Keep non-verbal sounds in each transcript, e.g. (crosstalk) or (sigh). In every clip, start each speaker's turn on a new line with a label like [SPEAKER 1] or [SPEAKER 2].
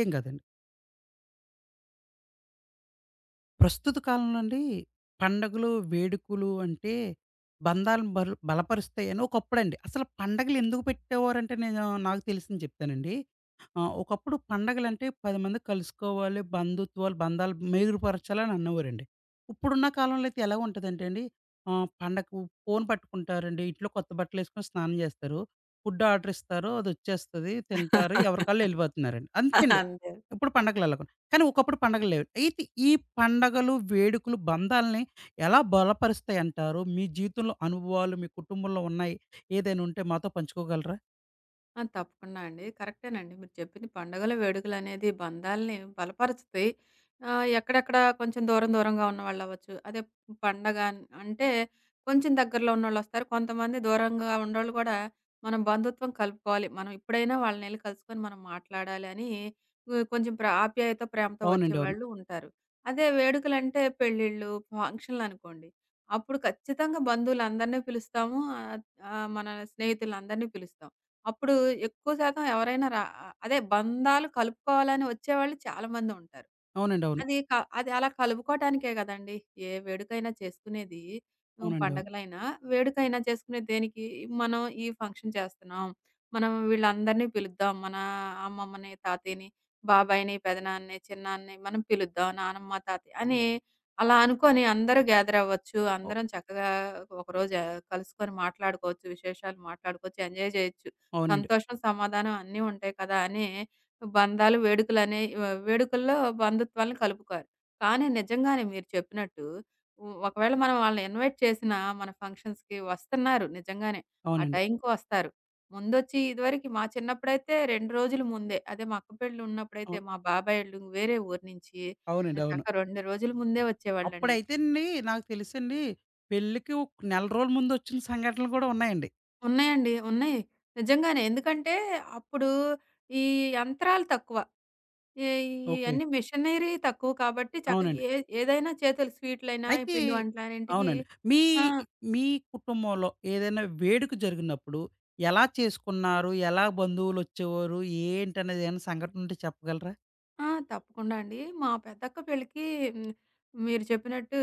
[SPEAKER 1] ఏం కాదండి. ప్రస్తుత కాలంలో అండి పండగలు, వేడుకలు అంటే బంధాలను బలపరుస్తాయని ఒకప్పుడండి. అసలు పండగలు ఎందుకు పెట్టేవారంటే నాకు తెలిసింది చెప్తానండి. ఒకప్పుడు పండగలంటే 10 మంది కలుసుకోవాలి, బంధుత్వాలు, బంధాలు మెరుగుపరచాలని అనేవారండి. ఇప్పుడున్న కాలంలో అయితే ఎలా ఉంటదంటే అండి పండగకు ఫోను పట్టుకుంటారండి. ఇంట్లో కొత్త బట్టలేసుకొని స్నానం చేస్తారు. ఫుడ్ ఆర్డర్ ఇస్తారు. అదొచ్చేస్తది. తింటారు. ఎవరి కాళ్ళు
[SPEAKER 2] (laughs)
[SPEAKER 1] ఎళ్ళిపోతున్నారండి. అంతే అండి.
[SPEAKER 2] అంతే.
[SPEAKER 1] ఇప్పుడు పండగలు అలాగ, కానీ ఒకప్పుడు పండగలు లేవు. అయితే ఈ పండగలు, వేడుకలు బంధాల్ని ఎలా బలపరుస్తాయంటారు? మీ జీవితంలో అనుభవాలు మీ కుటుంబంలో ఉన్నాయి. ఏదైనా ఉంటే మాతో పంచుకోగలరా?
[SPEAKER 2] ఆ! తప్పకుండా అండి. కరెక్టేనండి. మీరు చెప్పింది పండుగల వేడుకలనేది బంధాల్ని బలపరుస్తాయి. ఎక్కడెక్కడ కొంచెం దూరం దూరంగా ఉన్నవాళ్ళవ్వచ్చు. అదే పండగ అంటే కొంచెం దగ్గరలో ఉన్నోళ్ళొస్తారు. కొంతమంది దూరంగా ఉన్నోళ్ళు గూడా మనం బంధుత్వం కలుపుకోవాలి. మనం ఇప్పుడైనా వాళ్ళనెళ్లి కలుసుకొని మనం మాట్లాడాలి అని కొంచెం ఆప్యాయత, ప్రేమతో
[SPEAKER 1] అవునండి. అవును.
[SPEAKER 2] వచ్చేవాళ్ళు ఉంటారు. అదే వేడుకలంటే పెళ్ళిళ్ళు, ఫంక్షన్‌లనుకోండి. అప్పుడు ఖచ్చితంగా బంధువులందరినీ పిలుస్తాము. ఆహ్, ఆహ్, మన స్నేహితులందరినీ పిలుస్తాం. అప్పుడు ఎక్కువ శాతం ఎవరైనా అదే బంధాలు కలుపుకోవాలని వచ్చేవాళ్ళు చాలా మంది ఉంటారు.
[SPEAKER 1] అవునండి. అవును.
[SPEAKER 2] అది క అది అలా కలుపుకోటానికే గదండీ! ఏ వేడుకైనా చేసుకునేది. హ్మ్.
[SPEAKER 1] అవునండి. అవును.
[SPEAKER 2] పండగలైనా, వేడుకైనా చేసుకునేది దేనికి? మనం ఈ ఫంక్షన్ చేస్తున్నాం. మనం వీళ్ళందరినీ పిలుద్దాం. మన అమ్మమ్మని, తాతయ్యని, బాబాయిని, పెదనాన్నని, చిన్నాన్నని మనం పిలుద్దాం. నానమ్మ, తాతయ్య అని అలా అనుకోని అందరూ గ్యాదర్ అవ్వచ్చు.
[SPEAKER 1] అవ్
[SPEAKER 2] అందరం చక్కగా ఒకరోజు కలుసుకొని మాట్లాడుకోవచ్చు. విశేషాలు మాట్లాడుకోవచ్చు. ఎంజాయ్ జేయొచ్చు.
[SPEAKER 1] అవునండి.
[SPEAKER 2] సంతోషం, సమాధానం అన్నీ ఉంటాయి కదా! అని బంధాలు, వేడుకలనే వేడుకల్లో బంధుత్వాలను కలుపుకోరు. కానీ నిజంగానే మీరు చెప్పినట్టు ఒకవేళ మనం వాళ్ళని ఇన్వైట్ చేసినా మన ఫంక్షన్స్‌కి వస్తున్నారు నిజంగానే. ఆ
[SPEAKER 1] అవునండి.
[SPEAKER 2] టైంకి వస్తారు. ముందొచ్చి ఇదివరకు మా చిన్నప్పుడైతే 2 రోజుల ముందే అదే మా అక్క పెళ్ళి ఉన్నప్పుడైతే
[SPEAKER 1] అవ్
[SPEAKER 2] మా బాబాయోళ్ళు వేరే ఊరు నుంచి
[SPEAKER 1] అవునండి. అవును.
[SPEAKER 2] చక్క 2 రోజుల ముందే వచ్చేవాళ్ళండి.
[SPEAKER 1] అప్పుడైతేనండి, నాకు తెలుసండి, పెళ్ళికి ఒక నెల రోజుల ముందొచ్చిన సంఘటనలు కూడా ఉన్నాయండి.
[SPEAKER 2] ఉన్నాయండి. ఉన్నాయి. నిజంగానే. ఎందుకంటే అప్పుడు ఈ యంత్రాలు తక్కువ. ఏ
[SPEAKER 1] ఓకే.
[SPEAKER 2] ఇయన్నీ మిషనరీ తక్కువ కాబట్టి చక్క
[SPEAKER 1] అవునండి.
[SPEAKER 2] ఏదైనా చేతులు స్వీట్‌లైనా, ఈ
[SPEAKER 1] అయితే
[SPEAKER 2] పిండి వంటలన్నింటికి
[SPEAKER 1] అవునండి. మీ
[SPEAKER 2] ఆ!
[SPEAKER 1] మీ కుటుంబంలో ఏదైనా వేడుక జరిగినప్పుడు ఎలా చేసుకున్నారు? ఎలా బంధువులొచ్చేవారు? ఏంటనేది, ఏమైనా సంఘటన ఉంటే చెప్పగలరా?
[SPEAKER 2] ఆ! తప్పకుండా అండి. మా పెద్దక్క పెళ్ళికి హ్మ్, మీరు చెప్పినట్టు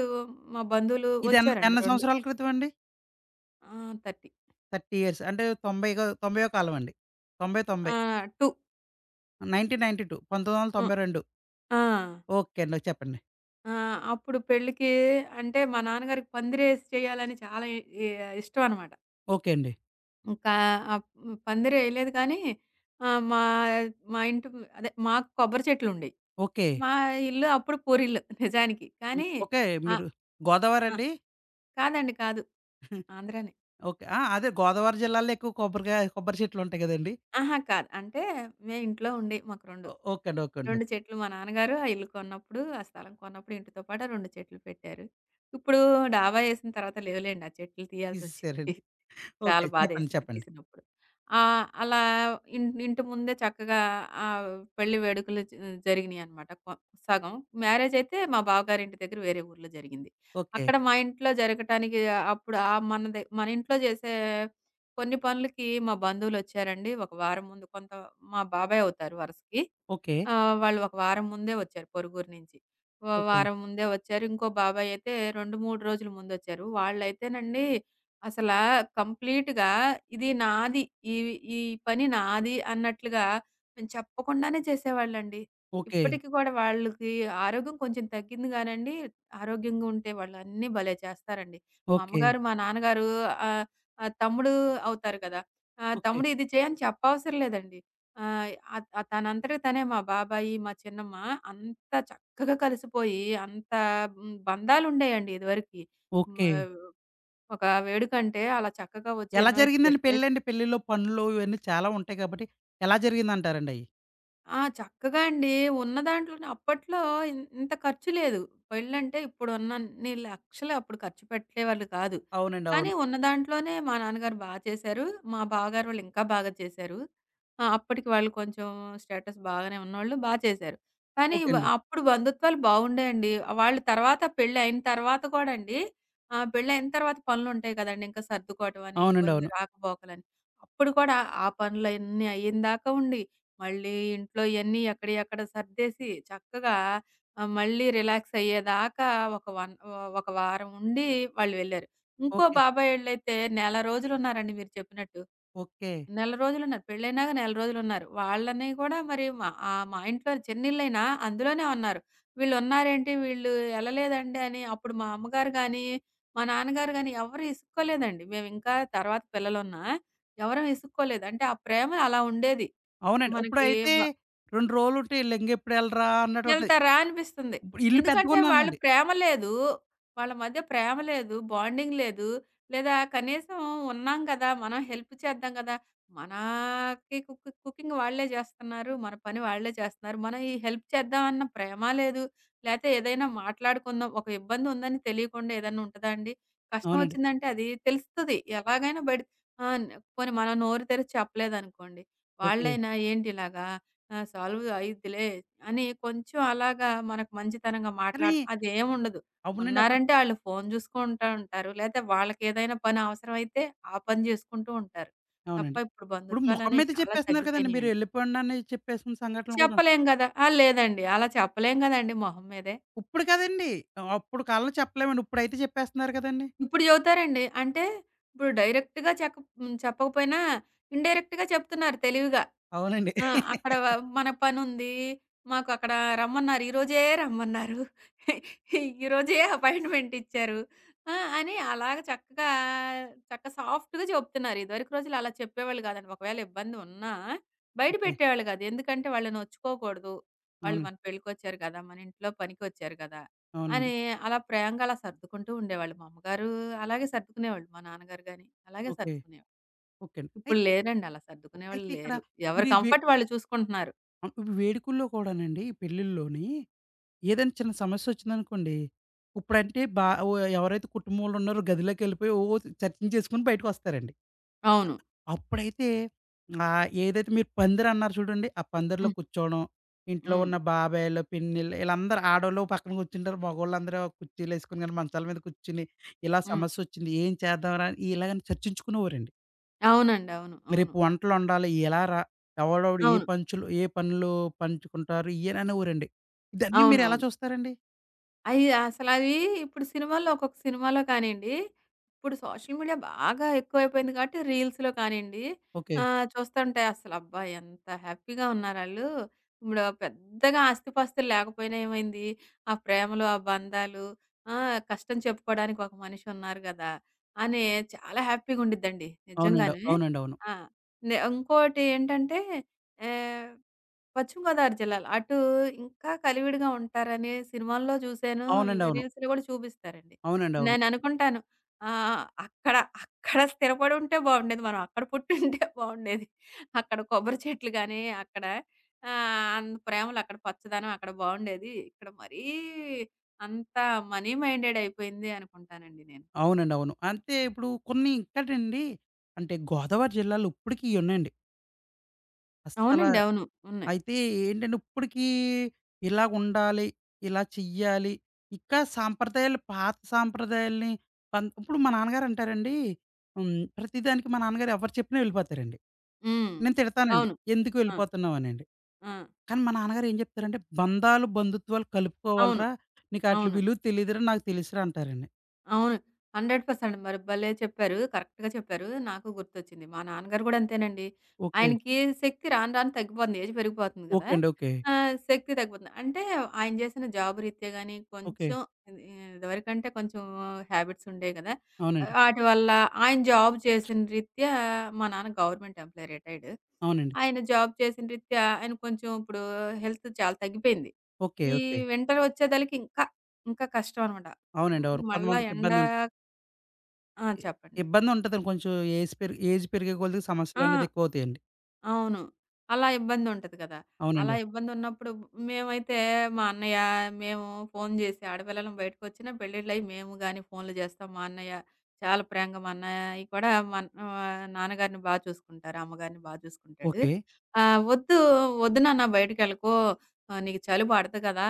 [SPEAKER 2] మా బంధువులు
[SPEAKER 1] ఇది
[SPEAKER 2] వచ్చారండి
[SPEAKER 1] ఎన్ని
[SPEAKER 2] 2
[SPEAKER 1] సంవత్సరాల క్రితం అండి?
[SPEAKER 2] ఆ! 30
[SPEAKER 1] 30 ఇయర్స్ అంటే 90 90 కాలం అండి. 90,
[SPEAKER 2] ఆ! 2
[SPEAKER 1] 1992,
[SPEAKER 2] ఆ! ఆ!
[SPEAKER 1] ఓకే అండి. చెప్పండి.
[SPEAKER 2] ఆ! అప్పుడు పెళ్ళికి అంటే మా నాన్నగారికి పందిరేసి చేయాలని చాలా ఇ ఇ ఇష్టం అన్నమాట.
[SPEAKER 1] ఓకే అండి.
[SPEAKER 2] ఇంకా అప్ పందిరేయలేదు కానీ మా మా ఇంటి అదే మాకు కొబ్బరి చెట్లుండేయి.
[SPEAKER 1] ఓకే.
[SPEAKER 2] మా ఇల్లు అప్పుడు పూరిల్లు నిజానికి.
[SPEAKER 1] హ్మ్.
[SPEAKER 2] కానీ
[SPEAKER 1] ఓకే.
[SPEAKER 2] ఆహ్,
[SPEAKER 1] మీరు గోదావరి
[SPEAKER 2] ఆ!
[SPEAKER 1] అండి?
[SPEAKER 2] కాదండి కాదు.
[SPEAKER 1] (laughs)
[SPEAKER 2] ఆంధ్రానే.
[SPEAKER 1] ఓకే. ఆ! అదే గోదావరి జిల్లాలో ఎక్కువ కొబ్బరికాయ కొబ్బరి చెట్లు ఉంటాయి కదండీ!
[SPEAKER 2] అహా! కాదు. అంటే మేం ఇంట్లో ఉండి మాకు 2
[SPEAKER 1] ఓకే అండి. ఓకే అండి.
[SPEAKER 2] 2
[SPEAKER 1] ఓకే.
[SPEAKER 2] చెట్లు మా నాన్నగారు ఆ ఇల్లు కొన్నప్పుడు, ఆ స్థలం కొన్నప్పుడు ఇంటితో పాటు ఆ 2 చెట్లు పెట్టారు. ఇప్పుడు డాబా ఏసిన తర్వాత లేవులేండి ఆ చెట్లు తీయాల్సొచ్చింది.
[SPEAKER 1] తీసేసారండి. ఓకే.
[SPEAKER 2] చాలా
[SPEAKER 1] చెప్పండి.
[SPEAKER 2] బాధేసింది
[SPEAKER 1] చెప్పండి.
[SPEAKER 2] తీసినప్పుడు. అలా ఇంటి ముందే చక్కగా ఆహ్, పెళ్లి వేడుకలు జరిగినియనమాట. సగం. మ్యారేజయితే మా బావగారింటి దగ్గర వేరే ఊర్లో జరిగింది.
[SPEAKER 1] ఓకే.
[SPEAKER 2] అక్కడ మా ఇంట్లో జరగటానికి అప్పుడు మనది మన ఇంట్లో చేసే కొన్ని పనులకి మా బంధువులొచ్చారండి. ఒక వారం ముందు కొంత మా బాబాయవుతారు వరుసకి.
[SPEAKER 1] ఓకే.
[SPEAKER 2] ఆ! వాళ్ళు ఒక వారం ముందే వచ్చారు పొరుగురు నుంచి.
[SPEAKER 1] ఓకే.
[SPEAKER 2] వారం ముందే వచ్చారు. ఇంకో బాబాయ్ అయితే 2, 3 రోజుల ముందొచ్చారు. వాళ్ళైతేనండి అసలా కంప్లీట్‌గా ఇది నాది. ఈ ఈ పని నాది అన్నట్లుగా మేము చెప్పకుండానే చేసేవాళ్ళండి.
[SPEAKER 1] ఓకే.
[SPEAKER 2] ఇప్పటికి కూడా వాళ్ళకి ఆరోగ్యం కొంచెం తగ్గింది గానండి, ఆరోగ్యంగా ఉంటే వాళ్ళు అన్నీ భలే చేస్తారండి. మా
[SPEAKER 1] ఓకే.
[SPEAKER 2] అమ్మగారు, మా నాన్నగారు ఆహ్, ఆహ్, తమ్ముడు అవుతారు కదా!
[SPEAKER 1] ఓకే.
[SPEAKER 2] తమ్ముడు ఇది చెయ్యని చెప్పవసరం లేదండి. ఆ! తనంతట తనే మా బాబాయి, మా చిన్నమ్మ అంత చక్కగా కలిసిపోయి, అంత హ్మ్, బంధాలుండేయండి ఇదివరకి. హ్మ్.
[SPEAKER 1] ఓకే.
[SPEAKER 2] ఒక వేడుకంటే అలా చక్కగా వచ్చి
[SPEAKER 1] ఎలా
[SPEAKER 2] ఇన్వైట్
[SPEAKER 1] జరిగిందండి
[SPEAKER 2] చేస్తే
[SPEAKER 1] పెళ్ళండి? పెళ్ళిలో పనులు ఇవన్నీ చాలా ఉంటాయి కాబట్టి ఎలా జరిగిందంటారండి అయి?
[SPEAKER 2] ఆ! చక్కగా అండి. ఉన్న దాంట్లోనే అప్పట్లో ఇంత ఖర్చు లేదు. పెళ్ళంటే ఇప్పుడున్నన్ని లక్షలు అప్పుడు ఖర్చు పెట్టేవాళ్ళు కాదు.
[SPEAKER 1] అవునండి.
[SPEAKER 2] కానీ
[SPEAKER 1] అవును.
[SPEAKER 2] ఉన్న దాంట్లోనే మా నాన్నగారు బా చేశారు. మా బావగారు వాళ్ళు ఇంకా బాగా చేశారు. ఆ! అప్పటికి వాళ్ళు కొంచెం స్టేటస్ బాగానే ఉన్నోళ్ళు బా చేశారు. కానీ
[SPEAKER 1] ఓకే అండి.
[SPEAKER 2] అప్పుడు బంధుత్వాలు బావుండేయండి. వాళ్ళు తర్వాత పెళ్ళయిన తర్వాత కూడా అండి పెళ్ళయిన తర్వాత పనులుంటాయి కదండీ! ఇంకా సర్దుకోవటం అని,
[SPEAKER 1] అవునండి.
[SPEAKER 2] కొన్ని
[SPEAKER 1] అవును.
[SPEAKER 2] రాకపోకలని. అప్పుడు కూడా ఆ పనులన్నీ అయ్యిందాకా ఉండి మళ్ళీ ఇంట్లో ఇయన్నీ ఎక్కడియి అక్కడ సర్దేసి చక్కగా మళ్ళీ రిలాక్స్ అయ్యేదాకా ఒక వారం ఉండి వాళ్ళు వెళ్లారు. ఇంకో
[SPEAKER 1] ఓకే.
[SPEAKER 2] బాబాయోళ్ళైతే నెల రోజులున్నారండి మీరు చెప్పినట్టు.
[SPEAKER 1] ఓకే.
[SPEAKER 2] నెల రోజులున్నారు. పెళ్లయినాక నెల రోజులున్నారు. వాళ్ళని గూడా మరి మా మా ఇంట్లో చిన్నిళ్ళైనా అందులోనే ఉన్నారు. వీళ్ళున్నారేంటి వీళ్ళు ఎళ్ళలేదండి అని అప్పుడు మా అమ్మగారు గాని, మా నాన్నగారు గాని ఎవరు ఇసుక్కోలేదండి. మేమింకా తర్వాత పిల్లలున్నా ఎవరం ఇసుక్కోలేదు. అంటే ఆ ప్రేమ అలా ఉండేది.
[SPEAKER 1] అవునండి.
[SPEAKER 2] మనకి
[SPEAKER 1] ఇప్పుడైతే 2 రోజులుంటే ఈళ్ళింకెప్పుడెళ్ళరా అన్నట్టు ఉంటది.
[SPEAKER 2] ఎళ్తారా అనిపిస్తుంది.
[SPEAKER 1] ఇప్పుడు ఇల్లు
[SPEAKER 2] ఎందుకంటే వాళ్ళు
[SPEAKER 1] పెద్దగున్నానండి.
[SPEAKER 2] ప్రేమ లేదు. వాళ్ళ మధ్య ప్రేమ లేదు, బాండింగ్ లేదు. లేదా కనీసం ఉన్నాం గదా! మనం హెల్ప్ చేద్దాం గదా! మనకి కుకింగ్ వాళ్ళే జేస్తున్నారు. మన పని వాళ్ళే చేస్తున్నారు. మనం ఈ హెల్ప్ చేద్దాం అన్న ప్రేమ లేదు. లేతే ఏదైనా మాట్లాడుకుందాం. ఒక ఇబ్బంది ఉందని తెలియకుండా ఏదన్నా ఉంటదా అండి? కష్టం
[SPEAKER 1] అవునండి.
[SPEAKER 2] వచ్చిందంటే అది తెలుస్తది. ఎలాగైనా బయట ఆహ్, పోనీ మనం నోరు తెరిచి చెప్పలేదనుకోండి.
[SPEAKER 1] ఓకే.
[SPEAKER 2] వాళ్ళైనా ఏంటిలాగా ఆ! సాల్వ్ అయిద్దిలే అని కొంచెం అలాగా మనకు మంచితనంగా
[SPEAKER 1] కానీ
[SPEAKER 2] మాట్లాడ అదేముండదు.
[SPEAKER 1] అవునండి. అప్పుడు
[SPEAKER 2] ఉన్నారంటే ఆళ్ళు ఫోను చూసుకుంటా ఉంటారు. లేతే వాళ్ళకేదైనా పని అవసరమైతే ఆ పని జేసుకుంటూ ఉంటారు. తప్ప
[SPEAKER 1] అవునండి.
[SPEAKER 2] ఇప్పుడు
[SPEAKER 1] ఇప్పుడు మొఖం
[SPEAKER 2] బంధుత్వాలనేవి
[SPEAKER 1] మీద
[SPEAKER 2] చాలా
[SPEAKER 1] చెప్పేస్తున్నారు కదండీ! మీరు
[SPEAKER 2] తగ్గిపోయినియండి.
[SPEAKER 1] ఎళ్ళిపోండని చెప్పేసిన సంఘటనలు కూడా
[SPEAKER 2] చెప్పలేం గదా! ఆ! లేదండి. అలా చెప్పలేం గదండీ మొహం మీదే.
[SPEAKER 1] ఇప్పుడు కాదండి. అప్పుడు కాలంలో చెప్పలేమండి. ఇప్పుడైతే చెప్పేస్తున్నారు కదండీ!
[SPEAKER 2] ఇప్పుడు చెబుతారండి. అంటే ఇప్పుడు డైరెక్ట్‌గా హ్మ్. చెప్పకపోయినా ఇండైరెక్ట్‌గా చెప్తున్నారు తెలివిగా.
[SPEAKER 1] అవునండి.
[SPEAKER 2] ఆ! అక్కడ మన పనుంది. మాకు అక్కడ రమ్మన్నారు. ఈరోజే రమ్మన్నారు. ఈరోజే అపాయింట్‌మెంట్ ఇచ్చారు. ఆ! అని అలాగ చక్కగా చక్క సాఫ్ట్‌గా చెప్తున్నారు. ఇదివరకు రోజుల్లో అలా చెప్పేవాళ్ళు కాదండి. ఒకవేళ ఇబ్బంది ఉన్నా బయట
[SPEAKER 1] ఓకే.
[SPEAKER 2] పెట్టేవాళ్ళు కాదు. ఎందుకంటే వాళ్ళని నొచ్చుకోకూడదు. వాళ్ళు
[SPEAKER 1] అవును.
[SPEAKER 2] మన పెళ్ళికొచ్చారు కదా! మన ఇంట్లో పనికొచ్చారు కదా!
[SPEAKER 1] అవునండి.
[SPEAKER 2] అని అలా ప్రేమగా అలా సర్దుకుంటూ ఉండేవాళ్ళు. మా అమ్మగారు అలాగే సర్దుకునేవాళ్ళు. మా నాన్నగారు గాని అలాగే
[SPEAKER 1] ఓకే.
[SPEAKER 2] సర్దుకునేవాళ్ళు.
[SPEAKER 1] ఓకే అండి.
[SPEAKER 2] ఇప్పుడు
[SPEAKER 1] అయితే,
[SPEAKER 2] లేరండి. అలా సర్దుకునేవాళ్ళు
[SPEAKER 1] అయితే ఇక్కడ
[SPEAKER 2] లేరు. ఎవరి
[SPEAKER 1] మీరు ఈ వే
[SPEAKER 2] కంఫర్ట్ వాళ్ళు చూసుకుంటున్నారు.
[SPEAKER 1] ఆహ్, వేడుకల్లో కూడానండి ఈ పెళ్ళిల్లోని ఏదైనా చిన్న సమస్యొచ్చిందనుకోండి, ఇప్పుడంటే ఎవరైతే కుటుంబంలో ఉన్నారో గదిలోకెళ్ళిపోయి చర్చించేసుకొని బయటకొస్తారండి.
[SPEAKER 2] అవును.
[SPEAKER 1] అప్పుడైతే ఏదైతే మీరు పందిరన్నారు చూడండి. ఆ పందిరిలో
[SPEAKER 2] హ్మ్.
[SPEAKER 1] కూర్చోవడం, ఇంట్లో
[SPEAKER 2] హ్మ్.
[SPEAKER 1] ఉన్న బాబాయిలు, పిన్నిలు ఈళ్ళందరూ ఆడోళ్ళు ఓ పక్కన కూర్చుంటారు. మగోళ్ళందరూ కుర్చీలేసుకొని గాని, మంచాల మీద కూర్చుని ఇలా
[SPEAKER 2] హ్మ్.
[SPEAKER 1] సమస్యొచ్చింది. ఏం చేద్దాంరా, ఇలాగని చర్చించుకునేవారండి.
[SPEAKER 2] అవునండి. అవును. అవును.
[SPEAKER 1] రేపు వంటలొండాలి ఎలారా? ఎవడెవడు
[SPEAKER 2] అవును.
[SPEAKER 1] ఏ పనులు పంచుకుంటారు ఇయ్యని అనేవారండి. ఇదన్నీ మీరెలా
[SPEAKER 2] అవునవును.
[SPEAKER 1] చూస్తారండి?
[SPEAKER 2] అయి అసలవి ఇప్పుడు సినిమాల్లో ఒక్కొక్క సినిమాలో కానియండి, ఇప్పుడు సోషల్ మీడియా బాగా ఎక్కువైపోయింది కాబట్టి రీల్స్‌లో కానియండి,
[SPEAKER 1] ఓకే.
[SPEAKER 2] చూస్తుంటే అసలబ్బా! ఎంత హ్యాపీగా ఉన్నారాళ్ళు. ఇప్పుడు పెద్దగా ఆస్తిపాస్తులు లేకపోయినా ఏమైంది? ఆ ప్రేమలు, ఆ బంధాలు, ఆ! కష్టం చెప్పుకోవడానికి ఒక మనిషి ఉన్నారు గదా! అని చాలా హ్యాపీగా ఉండిద్దండి
[SPEAKER 1] అవునండి.
[SPEAKER 2] నిజంగానే.
[SPEAKER 1] అవునండి. అవును.
[SPEAKER 2] ఆ! ఇంకోటి ఏంటంటే ఆహ్ పశ్చిమ గోదావరి జిల్లాలో. అటూ ఇంకా కలివిడిగా ఉంటారని సినిమాల్లో చూసాను.
[SPEAKER 1] అవునండి. అవును.
[SPEAKER 2] రీల్స్‌లో గూడా చూపిస్తారండి.
[SPEAKER 1] అవునండి. అవును.
[SPEAKER 2] నేననుకుంటాను ఆహ్, అక్కడ, అక్కడ స్థిరపడి ఉంటే బావుండేది. మనం అక్కడ పుట్టుంటే (laughs) బావుండేది. అక్కడ కొబ్బరి చెట్లు గాని, అక్కడ అంత ప్రేమలు, అక్కడ పచ్చదనం అక్కడ బావుండేది. ఇక్కడ మరీ అంత మనీ మైండెడ్ అయిపోయింది అనుకుంటానండి నేను.
[SPEAKER 1] అవునండి. అవును. అంటే ఇప్పుడు కొన్ని ఇంకాటండి, అంటే గోదావరి జిల్లాలో ఇప్పటికి ఇయున్నాయండి. అస్సల
[SPEAKER 2] అవునండి. అవును. ఉన్నాయి.
[SPEAKER 1] అయితే ఏంటంటే ఇప్పటికి ఇలాగుండాలి, ఇలా చెయ్యాలి. ఇంకా సాంప్రదాయాలు పాత సాంప్రదాయాల్ని ఇప్పుడు మా నాన్నగారు అంటారండి, హ్మ్, ప్రతిదానికి మా నాన్నగారు ఎవరు చెప్పినా వెళ్ళిపోతారండి.
[SPEAKER 2] హ్మ్.
[SPEAKER 1] నేను తిడతానండి.
[SPEAKER 2] అవును.
[SPEAKER 1] ఎందుకు
[SPEAKER 2] ఆ!
[SPEAKER 1] వెళ్ళిపోతున్నావు అనండి.
[SPEAKER 2] ఆ!
[SPEAKER 1] కానీ మా నాన్నగారు ఏం చెప్తారంటే, "బంధాలు, బంధుత్వాలు
[SPEAKER 2] అవును.
[SPEAKER 1] కలుపుకోవాలిరా! నీకాట్లి
[SPEAKER 2] అవును.
[SPEAKER 1] విలువ తెలీదురా, నాకు తెలుసురా" అంటారండి.
[SPEAKER 2] అవును. 100% మరి భలే చెప్పారు. కరెక్ట్‌గా చెప్పారు. నాకు గుర్తొచ్చింది. మా నాన్నగారు గూడా అంతేనండి.
[SPEAKER 1] ఓకే.
[SPEAKER 2] ఆయనకి శక్తి రాను రాను తగ్గిపోతుంది. ఏజ్ పెరిగిపోతుంది
[SPEAKER 1] ఓకే
[SPEAKER 2] గదా!
[SPEAKER 1] అండి. ఓకే.
[SPEAKER 2] ఆ! శక్తి తగ్గిపోతుంది. అంటే ఆయన జేసిన జాబ్ రీత్యా గాని
[SPEAKER 1] ఓకే.
[SPEAKER 2] కొంచెం ఇది ఇదివరకంటే కొంచెం హ్యాబిట్స్ ఉండేవి గదా!
[SPEAKER 1] అవునండి.
[SPEAKER 2] ఆటి వల్ల ఆయన జాబ్ చేసిన రీత్యా మా నాన్న గవర్నమెంట్ ఎంప్లాయీ రిటైర్డ్.
[SPEAKER 1] అవునండి.
[SPEAKER 2] ఆయన జాబ్ చేసిన రీత్యా ఆయన కొంచెం ఇప్పుడు హెల్త్ చాలా తగ్గిపోయింది.
[SPEAKER 1] ఓకే.
[SPEAKER 2] ఈ
[SPEAKER 1] ఓకే.
[SPEAKER 2] వింటర్ వచ్చేదలికి ఇంకా ఇంకా కష్టం అనమాట.
[SPEAKER 1] అవునండి.
[SPEAKER 2] హ్మ్.
[SPEAKER 1] అవును.
[SPEAKER 2] మళ్ళా
[SPEAKER 1] కొంతమందికి
[SPEAKER 2] ఆ!
[SPEAKER 1] ఇ
[SPEAKER 2] చెప్పండి.
[SPEAKER 1] ఇబ్బందుంటదండి కొంచెం. ఏజ్ పెరిగే కొలిది
[SPEAKER 2] ఆ!
[SPEAKER 1] సమస్యలనేది ఎక్కువవుతాయండి.
[SPEAKER 2] అవును. అలా ఇబ్బందుంటది కదా!
[SPEAKER 1] అవునండి.
[SPEAKER 2] అలా ఇబ్బందున్నప్పుడు మేమైతే మా అన్నయ్య, మేము ఫోను జేసి ఆడపిల్లలం బయటకొచ్చినా పెళ్ళిళ్ళయి మేము గాని ఫోనులు జేస్తాం. మా అన్నయ్య చాలా ప్రేమగా మా అన్నయ్య కూడా నాన్నగారిని బా చూసుకుంటారు. అమ్మగారిని బా చూసుకుంటాడు.
[SPEAKER 1] ఓకే.
[SPEAKER 2] "వద్దు, వద్దు నాన్న బయటికెళ్ళకు. నీకు చలి పడదు కదా!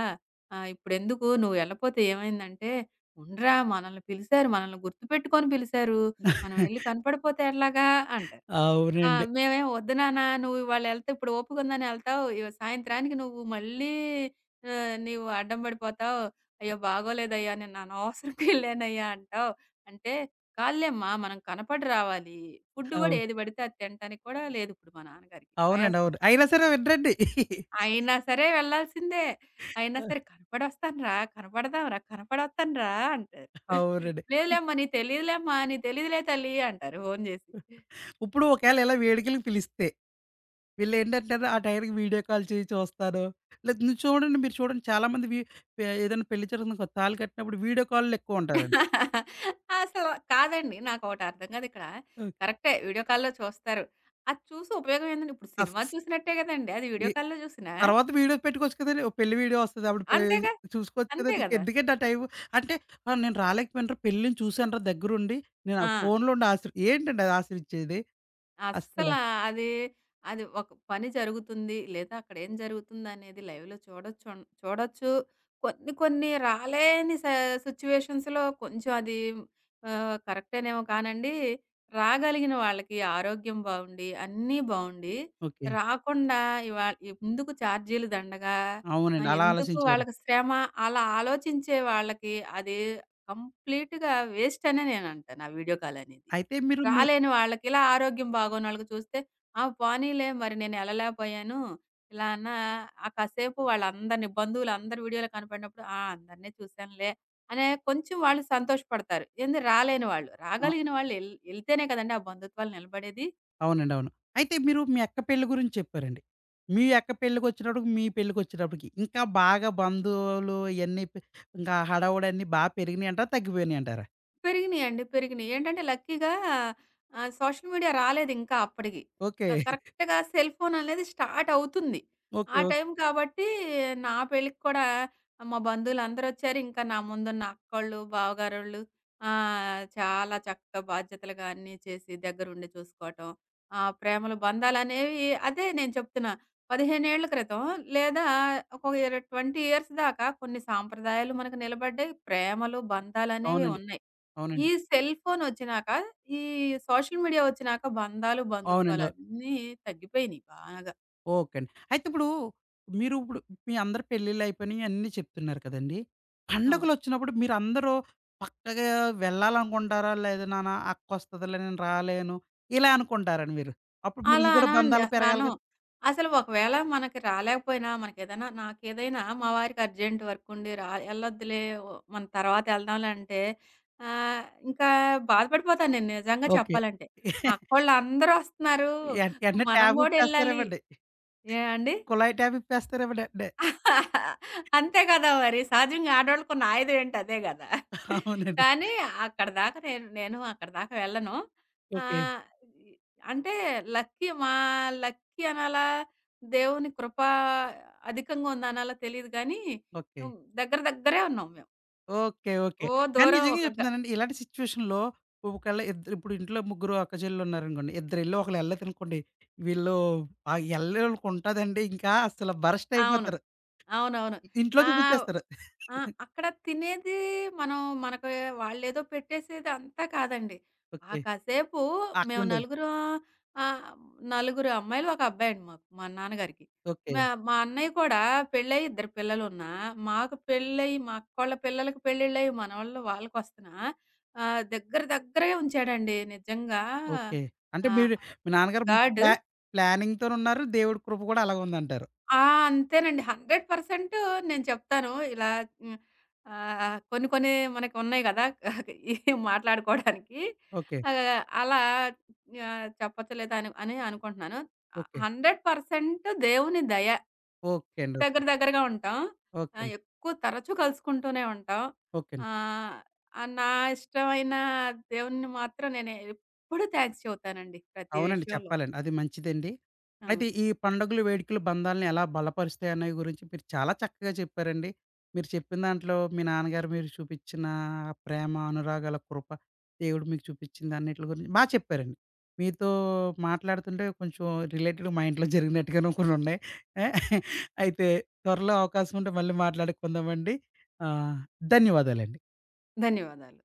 [SPEAKER 2] ఇప్పుడెందుకు నువ్వు ఎళ్ళపోతే ఏమైందంటే." "ఉండరా మనల్ని పిలిసారు. మనల్ని గుర్తుపెట్టుకొని పిలిసారు. మనం ఎళ్లి
[SPEAKER 1] (laughs)
[SPEAKER 2] కనపడిపోతే ఎలాగా" అంటారు. ఆ!
[SPEAKER 1] అవునండి.
[SPEAKER 2] మేమేం, "వద్దు నాన్న నువ్వు ఇవాళ ఎళ్తే ఇప్పుడు ఓపికుందని ఎళ్తావు. ఇగ సాయంత్రానికి నువ్వు మళ్ళీ నీవు అడ్డం పడిపోతావు. అయ్యో! బాగోలేదయ్యా! నేను అనవసరంగా ఎళ్ళానయ్యా" అంటావు. అంటే, "కాదులేమ్మా మనం కనపడి రావాలి. ఫుడ్ గూడా
[SPEAKER 1] అవును.
[SPEAKER 2] ఏది పడితే అది తినటానికి కూడా లేదు ఇప్పుడు మా నాన్నగారికి.
[SPEAKER 1] అవునండి.
[SPEAKER 2] ఆయాసం
[SPEAKER 1] అవును. అయినా
[SPEAKER 2] వస్తదన్నమాట.
[SPEAKER 1] సరే వినరండి.
[SPEAKER 2] అయినా సరే వెళ్ళాల్సిందే. అయినా సరే
[SPEAKER 1] (laughs)
[SPEAKER 2] కనపడొస్తాను రా, కనపడదాం రా, కనపడొత్తాను రా" అంటారు.
[SPEAKER 1] అవునండి.
[SPEAKER 2] "లేదులేమ్మా నీకు తెలీదులేమ్మా, నీకు తెలీదులే తల్లి" అంటారు ఫోను జేసి.
[SPEAKER 1] ఇప్పుడు ఒకవేళ ఇలా వేడుకలకి పిలిస్తే వీళ్ళేంటంటే ఆ టైంకి వీడియో కాల్ చేసి చూస్తాను. లేదు, నువ్వు చూడండి, మీరు చూడండి, చాలామంది ఏదైనా పెళ్లి జరుగుతుంది కదా! తాళి కట్టినప్పుడు వీడియో కాల్‌లో ఎక్కువుంటారండి.
[SPEAKER 2] అసలు కాదండి. నాకొకటి అర్థం కాదు ఇక్కడ.
[SPEAKER 1] ఓకే.
[SPEAKER 2] కరెక్టే వీడియో కాల్‌లో చూస్తారు. అది చూసి ఉపయోగం ఏందండి? ఇప్పుడు సినిమా
[SPEAKER 1] అస్
[SPEAKER 2] చూసినట్టే కదండీ! అది వీడియో
[SPEAKER 1] ఈ
[SPEAKER 2] కాల్‌లో చూసినా.
[SPEAKER 1] తర్వాత వీడియోస్ పెట్టుకోవచ్చు కదండీ! ఓ పెళ్లి వీడియో వస్తది. అప్పుడు పోయి
[SPEAKER 2] అంతేగా!
[SPEAKER 1] చూసుకోవచ్చు
[SPEAKER 2] అంతే
[SPEAKER 1] కదండీ!
[SPEAKER 2] కదా!
[SPEAKER 1] ఎందుకండి ఆ టైము. అంటే నేను రాలేకపోయానురా, పెళ్ళిని చూసానురా దగ్గరుండి. నేను ఆ
[SPEAKER 2] ఆ!
[SPEAKER 1] ఫోనులో ఉండి ఏంటండి అది ఆశీర్విచ్చేది? అస్సల.
[SPEAKER 2] అస్సల అది, అది ఒక పని జరుగుతుంది. లేదా అక్కడేం జరుగుతుందనేది లైవ్‌లో చూడొచ్చు. కొన్ని కొన్ని రాలేని సిట్యుయేషన్స్‌లో కొంచెం అది కరెక్టేనేమో కానండి. రాగలిగిన వాళ్ళకి ఆరోగ్యం బావుండి, అన్నీ బావుండి,
[SPEAKER 1] ఓకే.
[SPEAKER 2] రాకుండా ఇవాళ ఎందుకు ఛార్జీలు దండగా,
[SPEAKER 1] అవునండి. అలా
[SPEAKER 2] ఎందుకు
[SPEAKER 1] ఆలోచించేవారు.
[SPEAKER 2] వాళ్ళకి శ్రమ అలా ఆలోచించే వాళ్ళకి అది కంప్లీట్‌గా వేస్ట్ అనే నేనంటాను ఆ వీడియో కాల్ అనేది.
[SPEAKER 1] అయితే మీరు మీ
[SPEAKER 2] రాలేని వాళ్ళకి, ఇలా ఆరోగ్యం బాగోనోళ్ళకి చూస్తే, ఆ! పోనీలే మరి నేను ఎళ్ళలేకపోయాను. ఇలా అన్నా ఆ కాసేపు వాళ్ళందరిని బంధువులందరి వీడియోలో కనపడినప్పుడు, ఆ! అందరిని చూశానులే అనే కొంచెం వాళ్ళు సంతోషపడతారు. ఏంది రాలేని వాళ్ళు.
[SPEAKER 1] అవు
[SPEAKER 2] రాగలిగిన వాళ్ళు ఎళ్తేనే కదండీ ఆ బంధుత్వాలు నిలబడేది.
[SPEAKER 1] అవునండి. అవును. అయితే మీరు మీ అక్క పెళ్లి గురించి చెప్పారండి. మీ అక్క పెళ్ళికొచ్చినప్పటికి, మీ పెళ్ళికొచ్చేటప్పటికి ఇంకా బాగా బంధువులు ఇయన్నీ ఇంకా హడావుడన్నీ బా పెరిగినియంటారా? తగ్గిపోయినియంటారా?
[SPEAKER 2] పెరిగినియండి. పెరిగినియి. ఏంటంటే లక్కీగా సోషల్ మీడియా రాలేదింకా అప్పటికి.
[SPEAKER 1] ఓకే.
[SPEAKER 2] కరెక్ట్‌గా సెల్ ఫోన్ అనేది స్టార్ట్ అవుతుంది.
[SPEAKER 1] ఓకే.
[SPEAKER 2] ఆ
[SPEAKER 1] ఓకే.
[SPEAKER 2] టైం కాబట్టి నా పెళ్ళికి కూడా మా బంధువులందరొచ్చారు. ఇంకా నా ముందున్న అక్కోళ్ళు, బావగారోళ్ళు చాలా చక్కగా బాధ్యతలుగా అన్నీ చేసి దగ్గరుండి చూసుకోవటం. ఆ ప్రేమలు బంధాలనేవి అదే నేను చెప్తున్నా. 15 ఏళ్ల క్రితం లేదా ఒక 20 ఇయర్స్ దాకా కొన్ని సాంప్రదాయాలు మనకు నిలబడ్డాయి. ప్రేమలు, బంధాలనేవి
[SPEAKER 1] అవునండి.
[SPEAKER 2] ఉన్నాయి. ఈ
[SPEAKER 1] అవునండి.
[SPEAKER 2] సెల్ ఫోనొచ్చినాక, ఈ సోషల్ మీడియా ఒచ్చినాక బంధాలు,
[SPEAKER 1] అవునండి.
[SPEAKER 2] బంధుత్వాలన్నీ తగ్గిపోయినియి బాగా.
[SPEAKER 1] ఓకే అండి. అయితే ఇప్పుడు మీరు ఇప్పుడు మీ అందరి పెళ్ళిళ్ళయిపోయినయి అన్నీ చెప్తున్నారు కదండీ!
[SPEAKER 2] అవును.
[SPEAKER 1] పండగలొచ్చినప్పుడు మీరందరూ పక్కాగా వెళ్ళాలనుకుంటారా? లేదు నాన్న అక్కొస్తదిలే నేను రాలేను, ఇలా అనుకుంటారండి మీరు. అప్పుడు మరి
[SPEAKER 2] అలా
[SPEAKER 1] ఇవి కూడా
[SPEAKER 2] అనండి.
[SPEAKER 1] బంధాలు పెరగాలి
[SPEAKER 2] అసలను.
[SPEAKER 1] కదా!
[SPEAKER 2] అసలు ఒకవేళ మనకి రాలేకపోయినా, మనకేదైనా నాకేదైనా మా వారికి అర్జెంట్ వర్కుండి రా ఎళ్ళొద్దులే ఓ మనం తర్వాత ఎళ్దాంలే అంటే ఆహ్, ఇంకా బాధపడిపోతాను నేను నిజంగా
[SPEAKER 1] ఓకే.
[SPEAKER 2] చెప్పాలంటే. అక్కోళ్ళందరూ ఒస్తున్నారు.
[SPEAKER 1] ఎంటనే
[SPEAKER 2] మనం
[SPEAKER 1] ట్యాబ్
[SPEAKER 2] గూడా ఎళ్ళాలి.
[SPEAKER 1] ఇప్పేస్తారేమండి.
[SPEAKER 2] ఏ అండి?
[SPEAKER 1] కుళాయి ట్యాబ్ ఇప్పేస్తారేమో వెంటనే.
[SPEAKER 2] అంతే కదా మరి. సహజంగా ఆడోళ్ళకున్న ఆయుధం ఏంటి అదే గదా!
[SPEAKER 1] అవునండి.
[SPEAKER 2] కానీ అక్కడిదాకా నేను నేను అక్కడిదాకా వెళ్ళను.
[SPEAKER 1] ఓకే.
[SPEAKER 2] ఆహ్, ఇ అంటే లక్కీ మా లక్కీ అనాలా? దేవుని కృప అధికంగా ఉందనాలా తెలీదు గానీ,
[SPEAKER 1] ఓకే.
[SPEAKER 2] హ్మ్. దగ్గర దగ్గరే ఉన్నాం మేము.
[SPEAKER 1] ఓకే. ఓకే.
[SPEAKER 2] ఓ
[SPEAKER 1] కానీ
[SPEAKER 2] దూరం
[SPEAKER 1] నిజంగా
[SPEAKER 2] ఒక గ
[SPEAKER 1] చెప్తున్నానండి. ఇలాంటి సిట్యుయేషన్‌లో ఒకవేళ ఇద్దరు, ఇప్పుడు ఇంట్లో ముగ్గురు అక్కచెల్లెళ్ళున్నారనుకోండి. ఇద్దరెళ్ళి ఒకళ్ళు ఎళ్ళలేదనుకోండి. వీళ్ళు ఆ ఎళ్ళనోళ్ళకుంటాదండి ఇంకా, అసలు బరస్ట్
[SPEAKER 2] అవును.
[SPEAKER 1] అయిపోతారు.
[SPEAKER 2] అవునవును.
[SPEAKER 1] ఇంట్లో
[SPEAKER 2] ఆహ్,
[SPEAKER 1] చూపిచ్చేస్తారు.
[SPEAKER 2] ఆ! అక్కడ తినేది మనం మనకు వాళ్ళేదో పెట్టేసేది అంతా కాదండి. ఆ
[SPEAKER 1] ఓకే.
[SPEAKER 2] కాసేపు మేము
[SPEAKER 1] అక్కడుండేది.
[SPEAKER 2] నలుగురం ఆహ్, నలుగురు అమ్మాయిలు, ఒక అబ్బాయండి మాకు మా నాన్నగారికి.
[SPEAKER 1] ఓకే.
[SPEAKER 2] మా మా అన్నయ్య కూడా పెళ్ళయి 2 పిల్లలున్నా, మాకు పెళ్ళయి మా అక్కోళ్ళ పిల్లలకి పెళ్ళిళ్ళయి మనోళ్ళు వాళ్ళకొస్తున్నా దగ్గర దగ్గరే ఉంచాడండి నిజంగా
[SPEAKER 1] ఓకే. అంటే
[SPEAKER 2] ఆహ్,
[SPEAKER 1] మీరు మీ నాన్నగారు మంచి
[SPEAKER 2] గాడ్.
[SPEAKER 1] ప్లానింగ్‌తోనున్నారు. దేవుడి కృప కూడా అలాగుందంటారు.
[SPEAKER 2] ఆ! అంతేనండి. 100% నేను చెప్తాను. ఇలా హ్మ్. కొన్ని కొన్ని మనకున్నాయి గదా! ఈ మాట్లాడుకోవడానికి.
[SPEAKER 1] ఓకే.
[SPEAKER 2] ఆహ్, అలా చెప్పొచ్చా లేదా అని అని అనుకుంటున్నాను.
[SPEAKER 1] ఓకే.
[SPEAKER 2] 100% దేవుని దయ.
[SPEAKER 1] ఓకే అండి. ఓకే.
[SPEAKER 2] దగ్గర దగ్గరగా ఉంటాం.
[SPEAKER 1] ఓకే అండి.
[SPEAKER 2] ఎక్కువ తరచూ కలుసుకుంటూనే ఉంటాం.
[SPEAKER 1] ఓకే.
[SPEAKER 2] ఆహ్, ఆహ్, నా ఇష్టమైన దేవుణ్ణి మాత్రం నేను ఎప్పుడూ థాంక్స్ చెబుతానండి. ప్రతి
[SPEAKER 1] అవునండి.
[SPEAKER 2] విషయంలో.
[SPEAKER 1] చెప్పాలండి. అది మంచిదండి. అయితే
[SPEAKER 2] అవును.
[SPEAKER 1] ఈ పండుగలు, వేడుకలు బంధాలను ఎలా బలపరుస్తాయి అనే గురించి మీరు చాలా చక్కగా చెప్పారండి. మీరు చెప్పిన దాంట్లో మీ నాన్నగారు మీరు చూపిచ్చిన ప్రేమ, అనురాగాల కృప, దేవుడు మీకు చూపిచ్చింది అన్నిట్లి గురించి బా చెప్పారండి. మీతో మాట్లాడుతుంటే కొంచెం రిలేటెడ్, మా ఇంట్లో జరిగినట్టుగాను కొన్నున్నాయి. అయితే త్వరలో అవకాశం ఉంటే మళ్ళీ మాట్లాడుకుందామండి. ఆహ్, ధన్యవాదాలండి.
[SPEAKER 2] ధన్యవాదాలు.